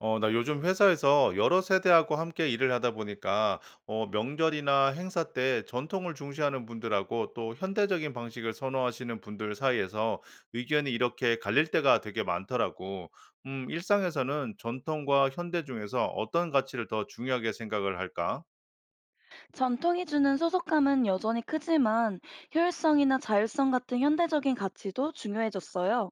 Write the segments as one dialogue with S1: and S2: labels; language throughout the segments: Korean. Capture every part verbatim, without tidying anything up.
S1: 어, 나 요즘 회사에서 여러 세대하고 함께 일을 하다 보니까, 어, 명절이나 행사 때 전통을 중시하는 분들하고 또 현대적인 방식을 선호하시는 분들 사이에서 의견이 이렇게 갈릴 때가 되게 많더라고. 음, 일상에서는 전통과 현대 중에서 어떤 가치를 더 중요하게 생각을 할까?
S2: 전통이 주는 소속감은 여전히 크지만 효율성이나 자율성 같은 현대적인 가치도 중요해졌어요.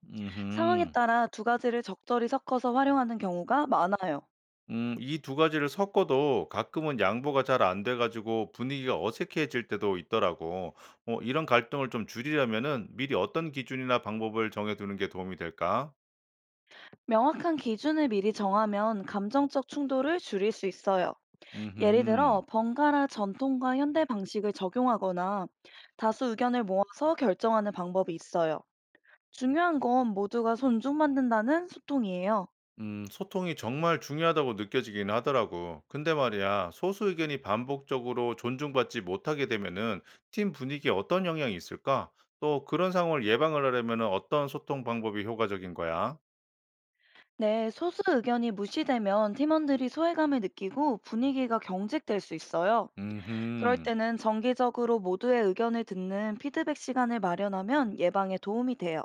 S2: 상황에
S1: 음흠.
S2: 따라 두 가지를 적절히 섞어서 활용하는 경우가 많아요.
S1: 음, 이 두 가지를 섞어도 가끔은 양보가 잘 안 돼 가지고 분위기가 어색해질 때도 있더라고. 어, 이런 갈등을 좀 줄이려면은 미리 어떤 기준이나 방법을 정해 두는 게 도움이 될까?
S2: 명확한 기준을 미리 정하면 감정적 충돌을 줄일 수 있어요. 예를
S1: 음흠.
S2: 들어 번갈아 전통과 현대 방식을 적용하거나 다수 의견을 모아서 결정하는 방법이 있어요. 중요한 건 모두가 존중받는다는 소통이에요.
S1: 음, 소통이 정말 중요하다고 느껴지긴 하더라고. 근데 말이야, 소수 의견이 반복적으로 존중받지 못하게 되면은 팀 분위기에 어떤 영향이 있을까? 또 그런 상황을 예방을 하려면은 어떤 소통 방법이 효과적인 거야?
S2: 네, 소수 의견이 무시되면 팀원들이 소외감을 느끼고 분위기가 경직될 수 있어요. 그럴
S1: 음흠.
S2: 때는 정기적으로 모두의 의견을 듣는 피드백 시간을 마련하면 예방에 도움이 돼요.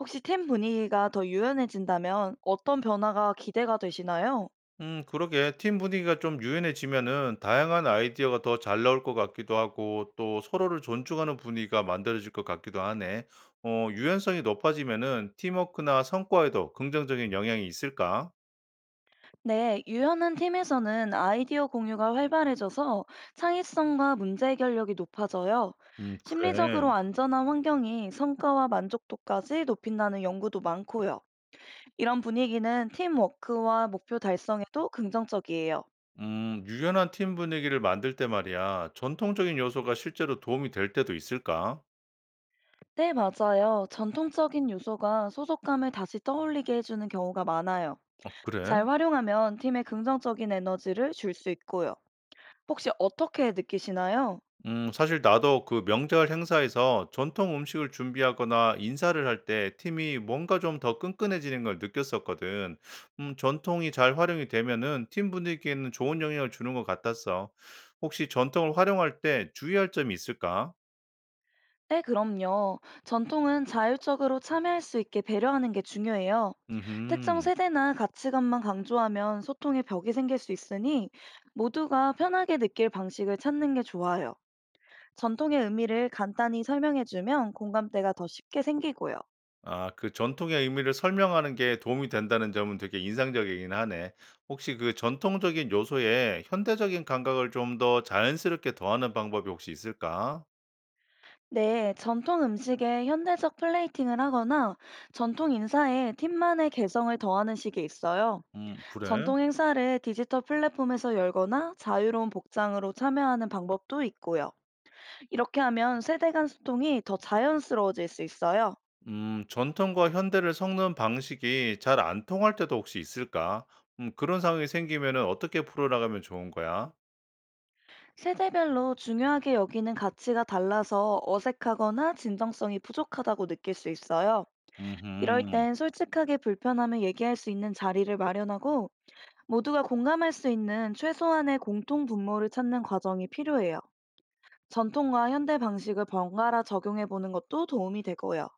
S2: 혹시 팀 분위기가 더 유연해진다면 어떤 변화가 기대가 되시나요?
S1: 음, 그러게. 팀 분위기가 좀 유연해지면은 다양한 아이디어가 더 잘 나올 것 같기도 하고 또 서로를 존중하는 분위기가 만들어질 것 같기도 하네. 어, 유연성이 높아지면은 팀워크나 성과에도 긍정적인 영향이 있을까?
S2: 네, 유연한 팀에서는 아이디어 공유가 활발해져서 창의성과 문제 해결력이 높아져요.
S1: 음, 그래.
S2: 심리적으로 안전한 환경이 성과와 만족도까지 높인다는 연구도 많고요. 이런 분위기는 팀워크와 목표 달성에도 긍정적이에요.
S1: 음, 유연한 팀 분위기를 만들 때 말이야. 전통적인 요소가 실제로 도움이 될 때도 있을까?
S2: 네, 맞아요. 전통적인 요소가 소속감을 다시 떠올리게 해주는 경우가 많아요.
S1: 어, 그래.
S2: 잘 활용하면 팀에 긍정적인 에너지를 줄 수 있고요. 혹시 어떻게 느끼시나요?
S1: 음, 사실 나도 그 명절 행사에서 전통 음식을 준비하거나 인사를 할 때 팀이 뭔가 좀 더 끈끈해지는 걸 느꼈었거든. 음, 전통이 잘 활용이 되면은 팀 분위기에는 좋은 영향을 주는 것 같았어. 혹시 전통을 활용할 때 주의할 점이 있을까?
S2: 네, 그럼요. 전통은 자율적으로 참여할 수 있게 배려하는 게 중요해요. 특정
S1: 음,
S2: 세대나 가치관만 강조하면 소통의 벽이 생길 수 있으니 모두가 편하게 느낄 방식을 찾는 게 좋아요. 전통의 의미를 간단히 설명해주면 공감대가 더 쉽게 생기고요.
S1: 아, 그 전통의 의미를 설명하는 게 도움이 된다는 점은 되게 인상적이긴 하네. 혹시 그 전통적인 요소에 현대적인 감각을 좀 더 자연스럽게 더하는 방법이 혹시 있을까?
S2: 네, 전통 음식에 현대적 플레이팅을 하거나 전통 인사에 팀만의 개성을 더하는 식이 있어요.
S1: 음, 그래.
S2: 전통 행사를 디지털 플랫폼에서 열거나 자유로운 복장으로 참여하는 방법도 있고요. 이렇게 하면 세대 간 소통이 더 자연스러워질 수 있어요.
S1: 음, 전통과 현대를 섞는 방식이 잘 안 통할 때도 혹시 있을까? 음, 그런 상황이 생기면은 어떻게 풀어나가면 좋은 거야?
S2: 세대별로 중요하게 여기는 가치가 달라서 어색하거나 진정성이 부족하다고 느낄 수 있어요. 이럴
S1: 음흠.
S2: 땐 솔직하게 불편함을 얘기할 수 있는 자리를 마련하고 모두가 공감할 수 있는 최소한의 공통 분모를 찾는 과정이 필요해요. 전통과 현대 방식을 번갈아 적용해 보는 것도 도움이 되고요.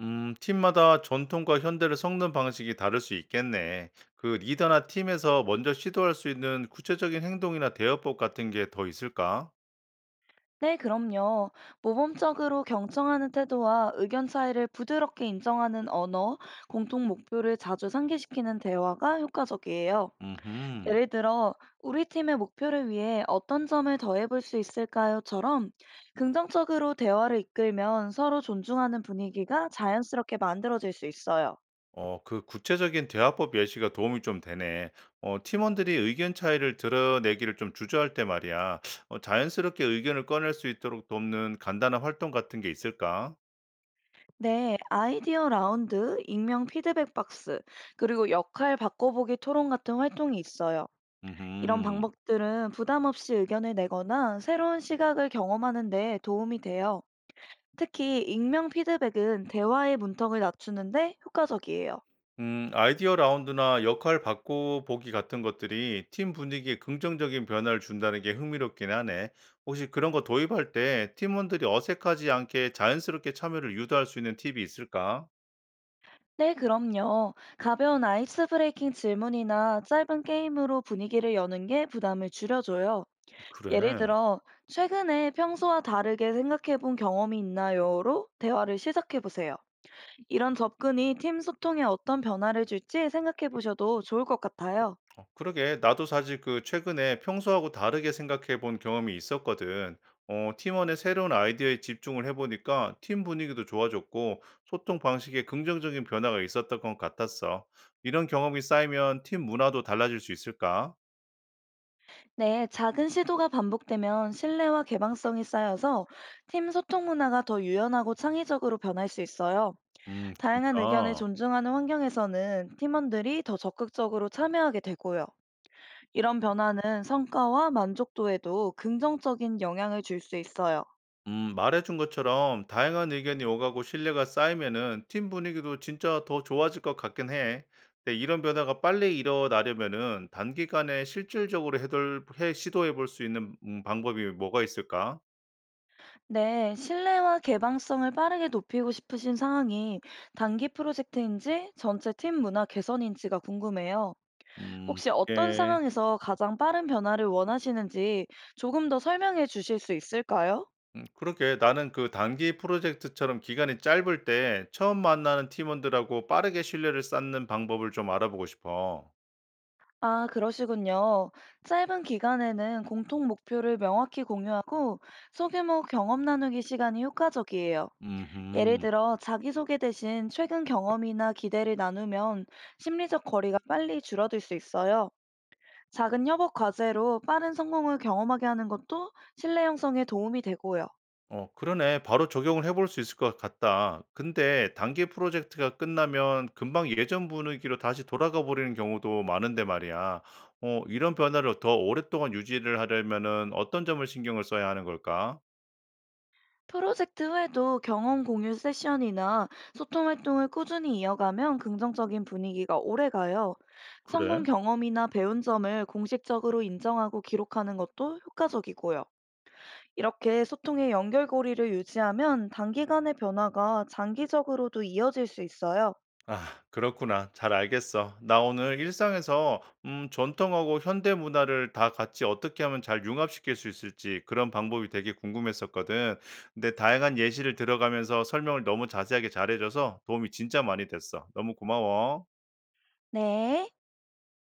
S1: 음, 팀마다 전통과 현대를 섞는 방식이 다를 수 있겠네. 그 리더나 팀에서 먼저 시도할 수 있는 구체적인 행동이나 대화법 같은 게 더 있을까?
S2: 네, 그럼요. 모범적으로 경청하는 태도와 의견 차이를 부드럽게 인정하는 언어, 공통 목표를 자주 상기시키는 대화가 효과적이에요.
S1: 음흠.
S2: 예를 들어, 우리 팀의 목표를 위해 어떤 점을 더해볼 수 있을까요?처럼 긍정적으로 대화를 이끌면 서로 존중하는 분위기가 자연스럽게 만들어질 수 있어요.
S1: 어, 그 구체적인 대화법 예시가 도움이 좀 되네. 어, 팀원들이 의견 차이를 드러내기를 좀 주저할 때 말이야. 어, 자연스럽게 의견을 꺼낼 수 있도록 돕는 간단한 활동 같은 게 있을까?
S2: 네, 아이디어 라운드, 익명 피드백 박스, 그리고 역할 바꿔보기 토론 같은 활동이 있어요. 이런
S1: 음,
S2: 방법들은 부담 없이 의견을 내거나 새로운 시각을 경험하는 데 도움이 돼요. 특히 익명 피드백은 대화의 문턱을 낮추는데 효과적이에요.
S1: 음, 아이디어 라운드나 역할 바꿔보기 같은 것들이 팀 분위기에 긍정적인 변화를 준다는 게 흥미롭긴 하네. 혹시 그런 거 도입할 때 팀원들이 어색하지 않게 자연스럽게 참여를 유도할 수 있는 팁이 있을까?
S2: 네, 그럼요. 가벼운 아이스 브레이킹 질문이나 짧은 게임으로 분위기를 여는 게 부담을 줄여줘요. 예를
S1: 그래.
S2: 들어, 최근에 평소와 다르게 생각해 본 경험이 있나요?로 대화를 시작해 보세요. 이런 접근이 팀 소통에 어떤 변화를 줄지 생각해 보셔도 좋을 것 같아요.
S1: 그러게 나도 사실 그 최근에 평소하고 다르게 생각해 본 경험이 있었거든. 어, 팀원의 새로운 아이디어에 집중을 해보니까 팀 분위기도 좋아졌고 소통 방식에 긍정적인 변화가 있었던 것 같았어. 이런 경험이 쌓이면 팀 문화도 달라질 수 있을까?
S2: 네, 작은 시도가 반복되면 신뢰와 개방성이 쌓여서 팀 소통 문화가 더 유연하고 창의적으로 변할 수 있어요.
S1: 음,
S2: 다양한 의견을
S1: 진짜.
S2: 존중하는 환경에서는 팀원들이 더 적극적으로 참여하게 되고요. 이런 변화는 성과와 만족도에도 긍정적인 영향을 줄 수 있어요.
S1: 음, 말해준 것처럼 다양한 의견이 오가고 신뢰가 쌓이면은 팀 분위기도 진짜 더 좋아질 것 같긴 해. 근데 이런 변화가 빨리 일어나려면은 단기간에 실질적으로 해돌, 해, 시도해 볼 수 있는 음, 방법이 뭐가 있을까?
S2: 네, 신뢰와 개방성을 빠르게 높이고 싶으신 상황이 단기 프로젝트인지 전체 팀 문화 개선인지가 궁금해요.
S1: 음,
S2: 혹시 어떤
S1: 그
S2: 상황에서 가장 빠른 변화를 원하시는지 조금 더 설명해 주실 수 있을까요?
S1: 음, 그렇게 나는 그 단기 프로젝트처럼 기간이 짧을 때 처음 만나는 팀원들하고 빠르게 신뢰를 쌓는 방법을 좀 알아보고 싶어.
S2: 아, 그러시군요. 짧은 기간에는 공통 목표를 명확히 공유하고 소규모 경험 나누기 시간이 효과적이에요. 예를
S1: 음
S2: 들어, 자기소개 대신 최근 경험이나 기대를 나누면 심리적 거리가 빨리 줄어들 수 있어요. 작은 협업 과제로 빠른 성공을 경험하게 하는 것도 신뢰 형성에 도움이 되고요.
S1: 어, 그러네. 바로 적용을 해볼 수 있을 것 같다. 근데 단기 프로젝트가 끝나면 금방 예전 분위기로 다시 돌아가 버리는 경우도 많은데 말이야. 어, 이런 변화를 더 오랫동안 유지를 하려면은 어떤 점을 신경을 써야 하는 걸까?
S2: 프로젝트 후에도 경험 공유 세션이나 소통 활동을 꾸준히 이어가면 긍정적인 분위기가 오래 가요. 성공
S1: 그래.
S2: 경험이나 배운 점을 공식적으로 인정하고 기록하는 것도 효과적이고요. 이렇게 소통의 연결고리를 유지하면 단기간의 변화가 장기적으로도 이어질 수 있어요.
S1: 아, 그렇구나. 잘 알겠어. 나 오늘 일상에서 음, 전통하고 현대 문화를 다 같이 어떻게 하면 잘 융합시킬 수 있을지 그런 방법이 되게 궁금했었거든. 근데 다양한 예시를 들어가면서 설명을 너무 자세하게 잘해줘서 도움이 진짜 많이 됐어. 너무 고마워.
S2: 네.